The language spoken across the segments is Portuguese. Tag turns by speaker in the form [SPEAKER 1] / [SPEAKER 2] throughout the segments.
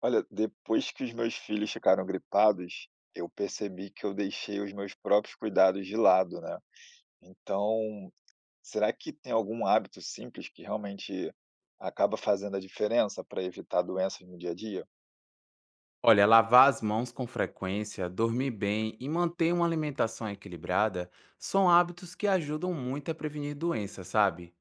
[SPEAKER 1] Olha, depois que os meus filhos ficaram gripados, eu percebi que eu deixei os meus próprios cuidados de lado, né? Então, será que tem algum hábito simples que realmente acaba fazendo a diferença para evitar doenças no dia a dia?
[SPEAKER 2] Olha, lavar as mãos com frequência, dormir bem e manter uma alimentação equilibrada são hábitos que ajudam muito a prevenir doenças, sabe?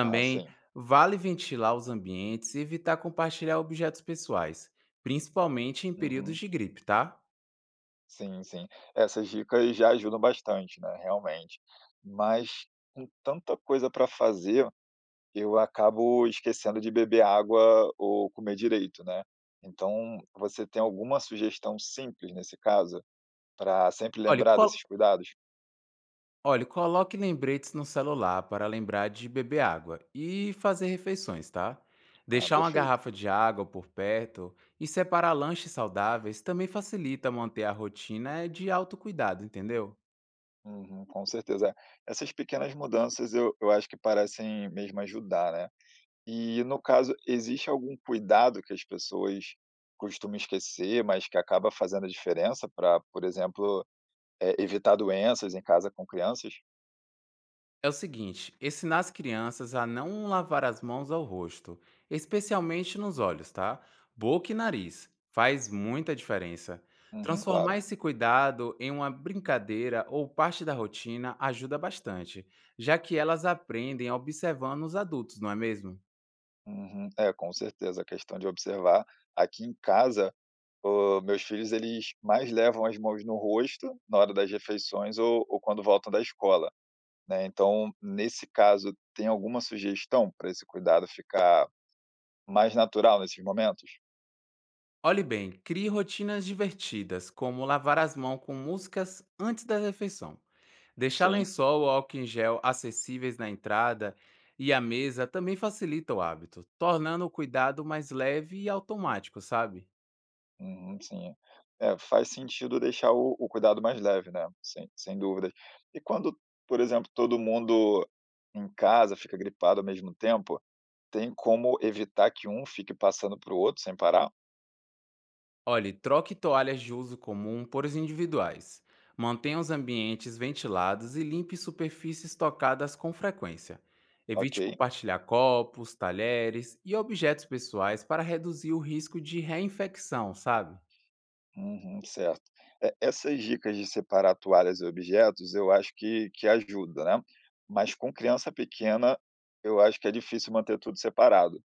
[SPEAKER 1] Ah, sim.
[SPEAKER 2] vale ventilar os ambientes e evitar compartilhar objetos pessoais, principalmente em períodos
[SPEAKER 1] Uhum.
[SPEAKER 2] de gripe, tá?
[SPEAKER 1] Sim, sim. Essas dicas já ajudam bastante, né? Realmente. Mas com tanta coisa para fazer, eu acabo esquecendo de beber água ou comer direito, né. Então, você tem alguma sugestão simples nesse caso, para sempre
[SPEAKER 2] Olha,
[SPEAKER 1] lembrar desses cuidados?
[SPEAKER 2] Olha, coloque lembretes no celular para lembrar de beber água e fazer refeições, tá?
[SPEAKER 1] Ah,
[SPEAKER 2] Deixar uma
[SPEAKER 1] perfeito.
[SPEAKER 2] garrafa de água por perto e separar lanches saudáveis também facilita manter a rotina de autocuidado, entendeu?
[SPEAKER 1] Uhum, com certeza. É, essas pequenas mudanças eu acho que parecem mesmo ajudar, né. E no caso, existe algum cuidado que as pessoas costumam esquecer, mas que acaba fazendo a diferença para, por exemplo, evitar doenças em casa com crianças?
[SPEAKER 2] É o seguinte, ensinar as crianças a não lavar as mãos ao rosto, especialmente nos olhos, tá? Boca e nariz, faz muita diferença.
[SPEAKER 1] Uhum,
[SPEAKER 2] Transformar
[SPEAKER 1] claro.
[SPEAKER 2] esse cuidado em uma brincadeira ou parte da rotina ajuda bastante, já que elas aprendem observando os adultos, não é mesmo?
[SPEAKER 1] Uhum. É, com certeza, a questão de observar. Aqui em casa, meus filhos, eles mais levam as mãos no rosto na hora das refeições ou quando voltam da escola, né. Então, nesse caso, tem alguma sugestão para esse cuidado ficar mais natural nesses momentos?
[SPEAKER 2] Olhe bem, crie rotinas divertidas, como lavar as mãos com músicas antes da refeição. Deixar
[SPEAKER 1] Sim.
[SPEAKER 2] lençol ou álcool em gel acessíveis na entrada e à mesa também facilita o hábito, tornando o cuidado mais leve e automático, sabe?
[SPEAKER 1] Uhum, sim. É, faz sentido deixar o cuidado mais leve, né, sem dúvidas. E quando, por exemplo, todo mundo em casa fica gripado ao mesmo tempo, tem como evitar que um fique passando para o outro sem parar?
[SPEAKER 2] Olhe, troque toalhas de uso comum por as individuais. Mantenha os ambientes ventilados e limpe superfícies tocadas com frequência.
[SPEAKER 1] Ok.
[SPEAKER 2] Evite compartilhar copos, talheres e objetos pessoais para reduzir o risco de reinfecção, sabe?
[SPEAKER 1] Uhum, certo. É, essas dicas de separar toalhas e objetos, eu acho que ajuda, né? Mas com criança pequena, eu acho que é difícil manter tudo separado.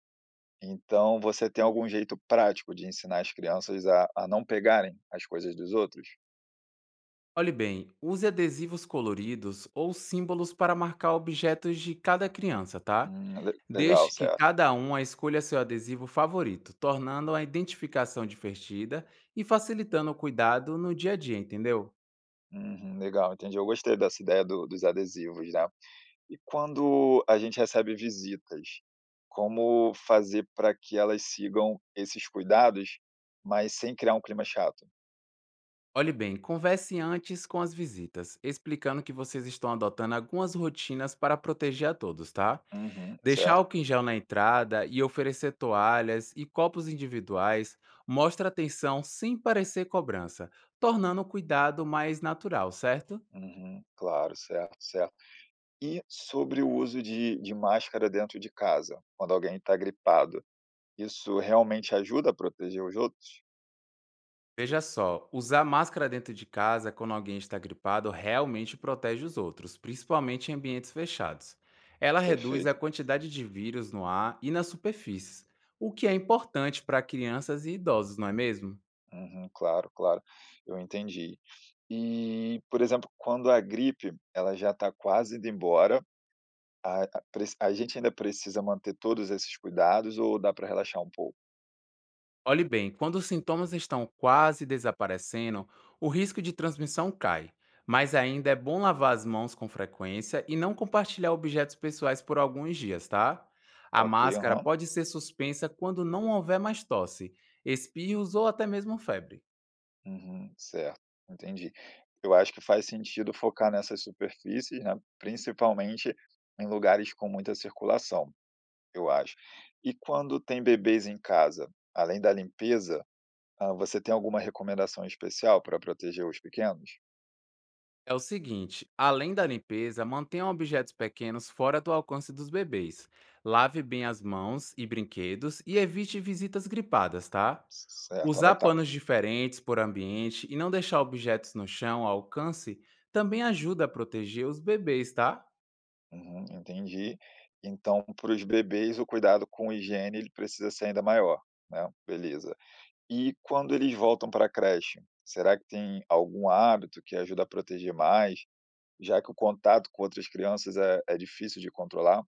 [SPEAKER 1] Então, você tem algum jeito prático de ensinar as crianças a não pegarem as coisas dos outros?
[SPEAKER 2] Olhe bem, use adesivos coloridos ou símbolos para marcar objetos de cada criança, tá?
[SPEAKER 1] Legal,
[SPEAKER 2] Deixe que
[SPEAKER 1] certo.
[SPEAKER 2] cada um a escolha seu adesivo favorito, tornando a identificação divertida e facilitando o cuidado no dia a dia, entendeu?
[SPEAKER 1] Uhum, legal, entendi. Eu gostei dessa ideia dos adesivos, né? E quando a gente recebe visitas, como fazer para que elas sigam esses cuidados, mas sem criar um clima chato?
[SPEAKER 2] Olhe bem, converse antes com as visitas, explicando que vocês estão adotando algumas rotinas para proteger a todos, tá?
[SPEAKER 1] Uhum,
[SPEAKER 2] Deixar
[SPEAKER 1] certo.
[SPEAKER 2] álcool em gel na entrada e oferecer toalhas e copos individuais mostra atenção sem parecer cobrança, tornando o cuidado mais natural, certo?
[SPEAKER 1] Uhum, claro, certo, certo. E sobre o uso de máscara dentro de casa, quando alguém está gripado, isso realmente ajuda a proteger os outros?
[SPEAKER 2] Veja só, usar máscara dentro de casa quando alguém está gripado realmente protege os outros, principalmente em ambientes fechados. Ela reduz a
[SPEAKER 1] Perfeito.
[SPEAKER 2] quantidade de vírus no ar e nas superfícies, o que é importante para crianças e idosos, não é mesmo?
[SPEAKER 1] Uhum, claro, claro, eu entendi. E, por exemplo, quando a gripe, ela já está quase indo embora. A gente ainda precisa manter todos esses cuidados ou dá para relaxar um pouco?
[SPEAKER 2] Olhe bem, quando os sintomas estão quase desaparecendo, o risco de transmissão cai. Mas ainda é bom lavar as mãos com frequência e não compartilhar objetos pessoais por alguns dias, tá? A
[SPEAKER 1] Ok,
[SPEAKER 2] máscara
[SPEAKER 1] aham,
[SPEAKER 2] pode ser suspensa quando não houver mais tosse, espirros ou até mesmo febre.
[SPEAKER 1] uhum, certo, entendi. Eu acho que faz sentido focar nessas superfícies, né, principalmente em lugares com muita circulação, eu acho. E quando tem bebês em casa, além da limpeza, você tem alguma recomendação especial para proteger os pequenos?
[SPEAKER 2] É o seguinte, além da limpeza, mantenha objetos pequenos fora do alcance dos bebês. Lave bem as mãos e brinquedos e evite visitas gripadas, tá?
[SPEAKER 1] Certo,
[SPEAKER 2] Usar
[SPEAKER 1] anotado.
[SPEAKER 2] panos diferentes por ambiente e não deixar objetos no chão ao alcance também ajuda a proteger os bebês, tá?
[SPEAKER 1] Uhum, entendi. Então, para os bebês, o cuidado com higiene ele precisa ser ainda maior, né, beleza. E quando eles voltam para a creche, será que tem algum hábito que ajuda a proteger mais, já que o contato com outras crianças é difícil de controlar?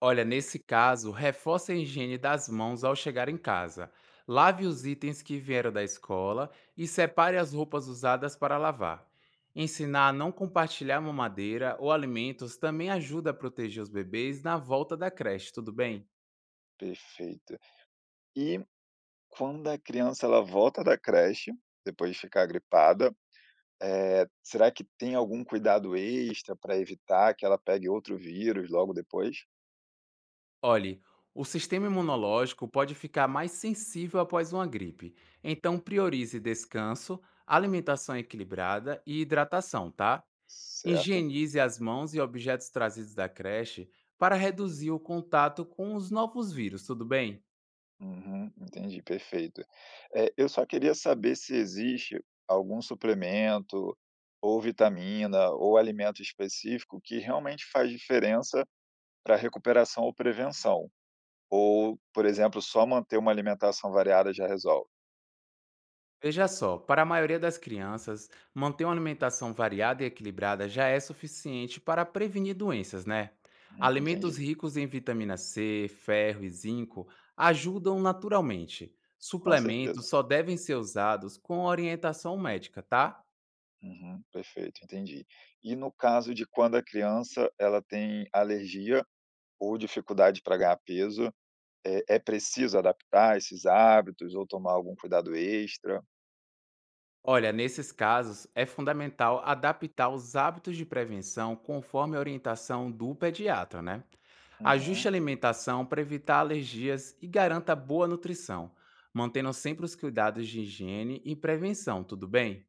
[SPEAKER 2] Olha, nesse caso, reforce a higiene das mãos ao chegar em casa. Lave os itens que vieram da escola e separe as roupas usadas para lavar. Ensinar a não compartilhar mamadeira ou alimentos também ajuda a proteger os bebês na volta da creche, tudo bem?
[SPEAKER 1] Perfeito. E quando a criança ela volta da creche, depois de ficar gripada, será que tem algum cuidado extra para evitar que ela pegue outro vírus logo depois?
[SPEAKER 2] Olhe, o sistema imunológico pode ficar mais sensível após uma gripe, então priorize descanso, alimentação equilibrada e hidratação, tá?
[SPEAKER 1] Certo.
[SPEAKER 2] Higienize as mãos e objetos trazidos da creche para reduzir o contato com os novos vírus, tudo bem?
[SPEAKER 1] Uhum, entendi, perfeito. Eu só queria saber se existe algum suplemento, ou vitamina, ou alimento específico que realmente faz diferença para recuperação ou prevenção, ou, por exemplo, só manter uma alimentação variada já resolve?
[SPEAKER 2] Veja só, para a maioria das crianças, manter uma alimentação variada e equilibrada já é suficiente para prevenir doenças, né?
[SPEAKER 1] Uhum,
[SPEAKER 2] Alimentos
[SPEAKER 1] entendi,
[SPEAKER 2] ricos em vitamina C, ferro e zinco ajudam naturalmente.
[SPEAKER 1] com certeza.
[SPEAKER 2] Suplementos só devem ser usados com orientação médica, tá?
[SPEAKER 1] Uhum, perfeito, entendi. E no caso de quando a criança ela tem alergia ou dificuldade para ganhar peso, é preciso adaptar esses hábitos ou tomar algum cuidado extra?
[SPEAKER 2] Olha, nesses casos, é fundamental adaptar os hábitos de prevenção conforme a orientação do pediatra, né? Ajuste
[SPEAKER 1] Uhum.
[SPEAKER 2] a alimentação para evitar alergias e garanta boa nutrição, mantendo sempre os cuidados de higiene e prevenção, tudo bem?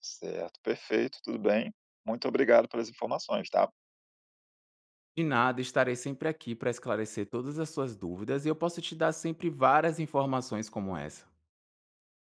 [SPEAKER 1] Certo, perfeito, tudo bem. Muito obrigado pelas informações, tá?
[SPEAKER 2] De nada, estarei sempre aqui para esclarecer todas as suas dúvidas e eu posso te dar sempre várias informações como essa.